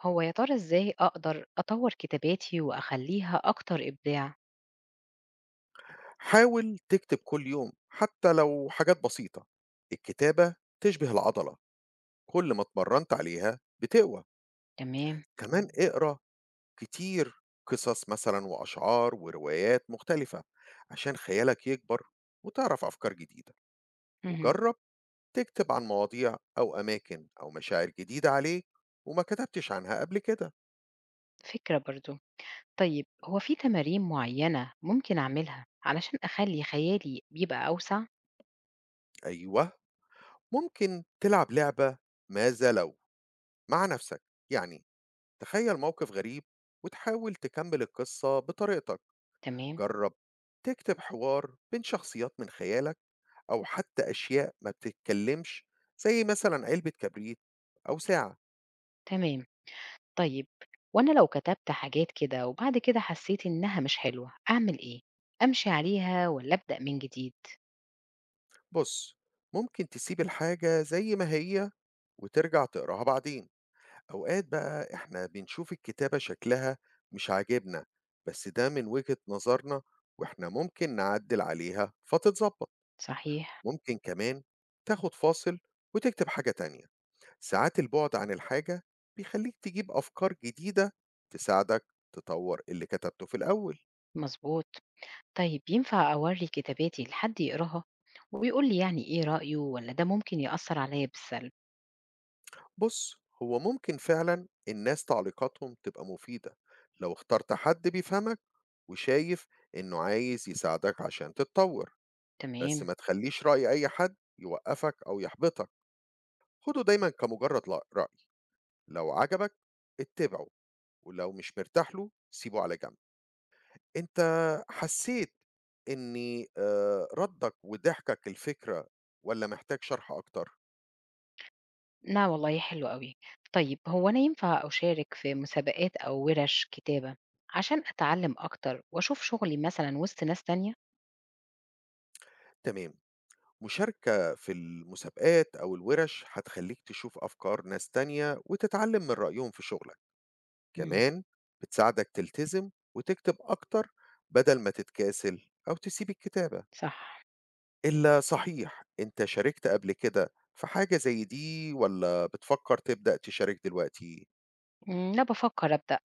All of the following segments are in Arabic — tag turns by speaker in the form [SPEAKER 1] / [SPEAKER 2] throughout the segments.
[SPEAKER 1] هو يا ترى إزاي أقدر أطوّر كتاباتي وأخلّيها أكتر إبداع؟
[SPEAKER 2] حاول تكتب كل يوم حتى لو حاجات بسيطة. الكتابة تشبه العضلة، كل ما اتمرنت عليها بتقوى.
[SPEAKER 1] تمام،
[SPEAKER 2] كمان اقرأ كتير، قصص مثلا وأشعار وروايات مختلفة، عشان خيالك يكبر وتعرف أفكار جديدة.
[SPEAKER 1] اهم،
[SPEAKER 2] وجرب تكتب عن مواضيع أو أماكن أو مشاعر جديدة عليك وما كتبتش عنها قبل كده.
[SPEAKER 1] فكرة برضه. طيب هو في تمارين معيّنة ممكن أعملها علشان أخلّي خيالي بيبقى أوسع؟
[SPEAKER 2] أيوه، ممكن تلعب لعبة ماذا لو مع نفسك، يعني تخيل موقف غريب وتحاول تكمل القصة بطريقتك.
[SPEAKER 1] تمام،
[SPEAKER 2] جرب تكتب حوار بين شخصيات من خيالك أو حتى أشياء ما بتتكلمش، زي مثلا علبة كبريت أو ساعة.
[SPEAKER 1] تمام. طيب وأنا لو كتبت حاجات كده وبعد كده حسّيت إنها مش حلوة، أعمل إيه؟ أمشي عليها والّا أبدأ من جديد؟
[SPEAKER 2] بص، ممكن تسيب الحاجة زي ما هي وترجع تقراها بعدين. أوقات بقى إحنا بنشوف الكتابة شكلها مش عاجبنا، بس ده من وجهة نظرنا، وإحنا ممكن نعدل عليها فتتظبط.
[SPEAKER 1] صحيح،
[SPEAKER 2] ممكن كمان تاخد فاصل وتكتب حاجة تانية، ساعات البعد عن الحاجة بيخليك تجيب أفكار جديدة تساعدك تطور اللي كتبته في الأول.
[SPEAKER 1] مضبوط. طيب ينفع أورّي كتاباتي لحد يقراها ويقول لي يعني إيه رأيه والّا ده ممكن يأثّر عليّا بالسلب؟
[SPEAKER 2] بص، هو ممكن فعلا الناس تعليقاتهم تبقى مفيدة لو اخترت حد بيفهمك وشايف إنه عايز يساعدك عشان تتطور. بس
[SPEAKER 1] تمام.
[SPEAKER 2] ما تخليش رأي أي حد يوقفك أو يحبطك، خده دايما كمجرد رأي، لو عجبك اتبعه، ولو مش مرتاح له سيبه على جنب. أنت حسّيت إن ردّك وضحكك الفكرة والّا محتاج شرح أكتر؟
[SPEAKER 1] لا والله حلو أوي. طيب هو أنا ينفع أشارك في مسابقات أو ورش كتابة عشان أتعلم أكتر وأشوف شغلي مثلًا وسط ناس تانية؟
[SPEAKER 2] تمام. مشاركة في المسابقات أو الوِرش هتخلّيك تشوف أفكار ناس تانية وتتعلّم من رأيهم في شغلك.
[SPEAKER 1] مم،
[SPEAKER 2] كمان بتساعدك تلتزم وتكتب أكتر بدل ما تتكاسل أو تسيب الكتابة.
[SPEAKER 1] صح.
[SPEAKER 2] إلا صحيح، أنت شاركت قبل كده في حاجة زي دي والّا بتفكّر تبدأ تشارك دلوقتي؟
[SPEAKER 1] إمم، أنا بافكر أبدأ،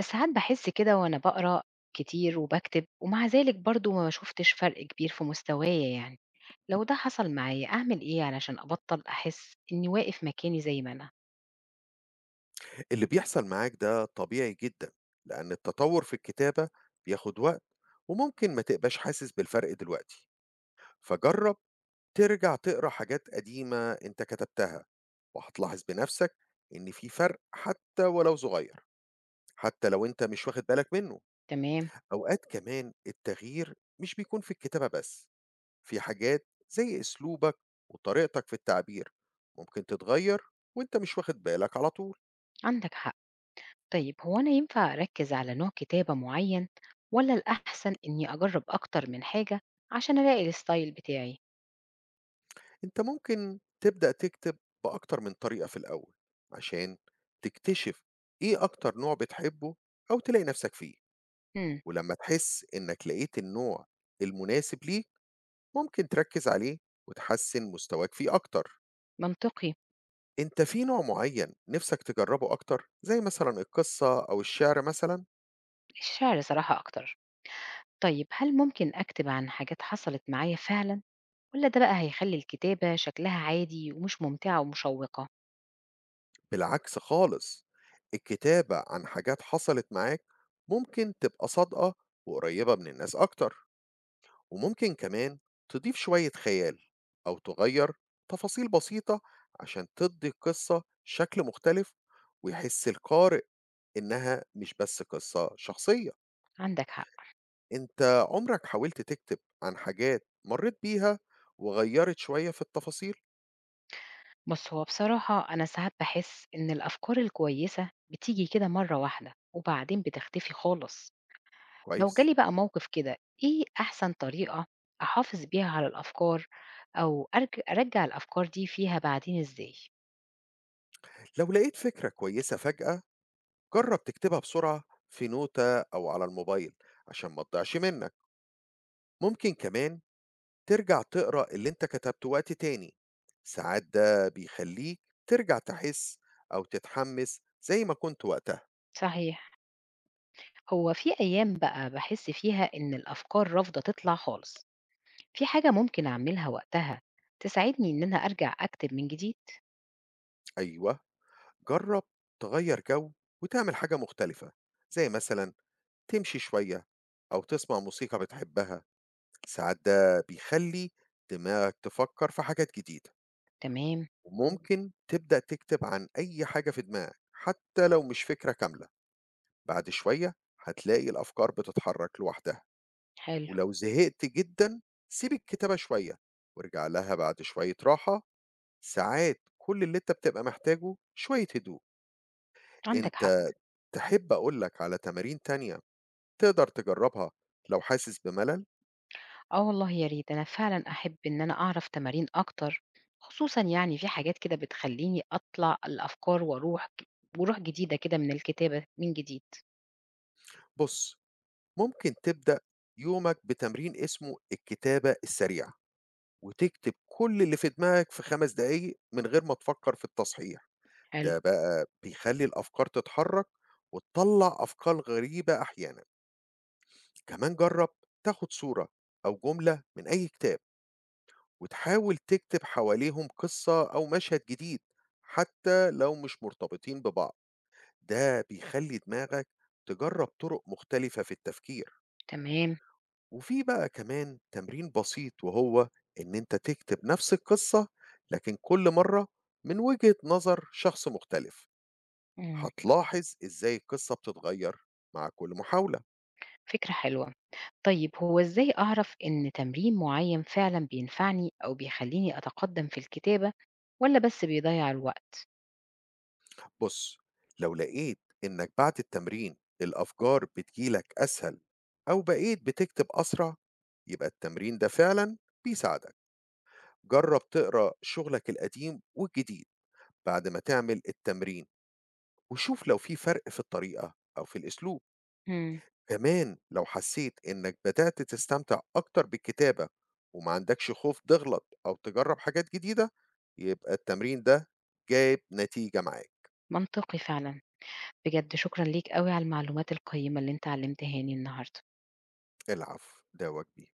[SPEAKER 1] ساعات باحس كده وأنا باقرا كتير وباكتب ومع ذلك برضه ما شُفتش فرق كبير في مستوايا يعني، لو ده حصل معايا أعمل إيه علشان أبطّل أحس إني واقف مكاني زي ما أنا؟
[SPEAKER 2] اللي بيحصل معاك ده طبيعي جدًا، لأن التطوّر في الكتابة بياخد وقت، وممكن ما تبقاش حاسس بالفرق دلوقتي، فجرّب ترجع تقرا حاجات قديمة أنت كتبتها، وهتلاحظ بنفسك إن في فرق حتى ولو صغير، حتى لو أنت مش واخد بالك منه.
[SPEAKER 1] تمام.
[SPEAKER 2] أوقات كمان التغيير مش بيكون في الكتابة بس، في حاجات زي أسلوبك وطريقتك في التعبير ممكن تتغيّر وأنت مش واخد بالك على طول.
[SPEAKER 1] عندك حق. طيب هو أنا ينفع أركز على نوع كتابة معين ولا الأحسن إني أجرب أكتر من حاجة عشان ألاقي الستايل بتاعي؟
[SPEAKER 2] أنت ممكن تبدأ تكتب بأكتر من طريقة في الأول، عشان تكتشف إيه أكتر نوع بتحبه أو تلاقي نفسك فيه.
[SPEAKER 1] مم.
[SPEAKER 2] ولما تحس إنك لقيت النوع المناسب ليك، ممكن تركز عليه وتحسن مستواك فيه أكتر.
[SPEAKER 1] منطقي.
[SPEAKER 2] أنت في نوع معين نفسك تجربه أكتر، زي مثلا القصة أو الشعر مثلا؟
[SPEAKER 1] الشعر صراحة أكتر. طيب هل ممكن أكتب عن حاجات حصلت معايا فعلا ولا ده بقى هيخلي الكتابة شكلها عادي ومش ممتعة ومشوقة؟
[SPEAKER 2] بالعكس خالص، الكتابة عن حاجات حصلت معاك ممكن تبقى صادقة وقريبة من الناس أكتر. وممكن كمان تضيف شوية خيال أو تغير تفاصيل بسيطة عشان تدي القصة شكل مختلف، ويحس القارئ إنها مش بس قصة شخصية.
[SPEAKER 1] عندك حق.
[SPEAKER 2] أنت عمرك حاولت تكتب عن حاجات مريت بيها وغيرت شوية في التفاصيل؟
[SPEAKER 1] بص هو بصراحة أنا ساعات بحس إن الأفكار الكويسة بتيجي كده مرة واحدة وبعدين بتختفي خالص. لو
[SPEAKER 2] كويس.
[SPEAKER 1] جالي بقى موقف كده، إيه أحسن طريقة أحافظ بيها على الأفكار أو أرج أرجّع الأفكار دي فيها بعدين إزاي؟
[SPEAKER 2] لو لقيت فكرة كويسة فجأة، جرب تكتبها بسرعة في نوتة أو على الموبايل عشان ما تضيعش منك. ممكن كمان ترجع تقرا اللي أنت كتبته وقت تاني، ساعات ده بيخلّيك ترجع تحس أو تتحمس زي ما كنت وقتها.
[SPEAKER 1] صحيح. هو في أيام بقى باحس فيها إن الأفكار رافضة تطلع خالص، في حاجة ممكن أعملها وقتها تساعدني إن أنا أرجع أكتب من جديد؟
[SPEAKER 2] أيوه، جرّب تغيّر جو وتعمل حاجة مختلفة، زي مثلًا تمشي شوية أو تسمع موسيقى بتحبها، ساعات ده بيخلّي دماغك تفكّر في حاجات جديدة.
[SPEAKER 1] تمام،
[SPEAKER 2] وممكن تبدأ تكتب عن أي حاجة في دماغك، حتى لو مش فكرة كاملة، بعد شوية هتلاقي الأفكار بتتحرك لوحدها.
[SPEAKER 1] حلو،
[SPEAKER 2] ولو زهقت جدًا سيب الكتابة شوية وارجع لها بعد شوية راحة، ساعات كل اللي أنت بتبقى محتاجه شوية هدوء.
[SPEAKER 1] عندك حق،
[SPEAKER 2] أنت تحب أقول لك على تمارين تانية تقدر تجربها لو حاسس بملل؟
[SPEAKER 1] آه والله يا ريت، أنا فعلًا أحب إن أنا أعرف تمارين أكتر، خصوصًا يعني في حاجات كده بتخلّيني أطلع الأفكار وأروح بروح جديدة كده من الكتابة من جديد.
[SPEAKER 2] بُص، ممكن تبدأ يومك بتمرين اسمه الكتابة السريعة، وتكتب كل اللي في دماغك في 5 دقايق من غير ما تفكر في التصحيح.
[SPEAKER 1] حلو،
[SPEAKER 2] ده بقى بيخلّي الأفكار تتحرك وتطلّع أفكار غريبة أحيانًا. كمان جرب تاخد صورة أو جملة من أي كتاب وتحاول تكتب حواليهم قصة أو مشهد جديد، حتى لو مش مرتبطين ببعض. ده بيخلي دماغك تجرب طرق مختلفة في التفكير.
[SPEAKER 1] تمام،
[SPEAKER 2] وفي بقى كمان تمرين بسيط، وهو إن أنت تكتب نفس القصة لكن كل مرة من وجهة نظر شخص مختلف.
[SPEAKER 1] إمم،
[SPEAKER 2] هتلاحظ إزاي القصة بتتغير مع كل محاولة.
[SPEAKER 1] فكرة حلوة. طيب هو إزاي أعرف إن تمرين معيّن فعلًا بينفعني أو بيخلّيني أتقدّم في الكتابة والّا بس بيضيّع الوقت؟
[SPEAKER 2] بُص، لو لقيت إنك بعد التمرين الأفكار بتيجي لك أسهل أو بقيت بتكتب أسرع، يبقى التمرين ده فعلًا بيساعدك. جرّب تقرا شغلك القديم والجديد بعد ما تعمل التمرين وشوف لو في فرق في الطريقة أو في الأسلوب.
[SPEAKER 1] إمم،
[SPEAKER 2] كمان لو حسيت إنك بدأت تستمتع أكتر بالكتابة وما عندكش خوف تغلط أو تجرّب حاجات جديدة، يبقى التمرين ده جايب نتيجة معاك.
[SPEAKER 1] منطقي فعلًا. بجد شكرًا ليك أوي على المعلومات القيّمة اللي أنت علّمتهاني النهارده.
[SPEAKER 2] العفو، ده واجبي.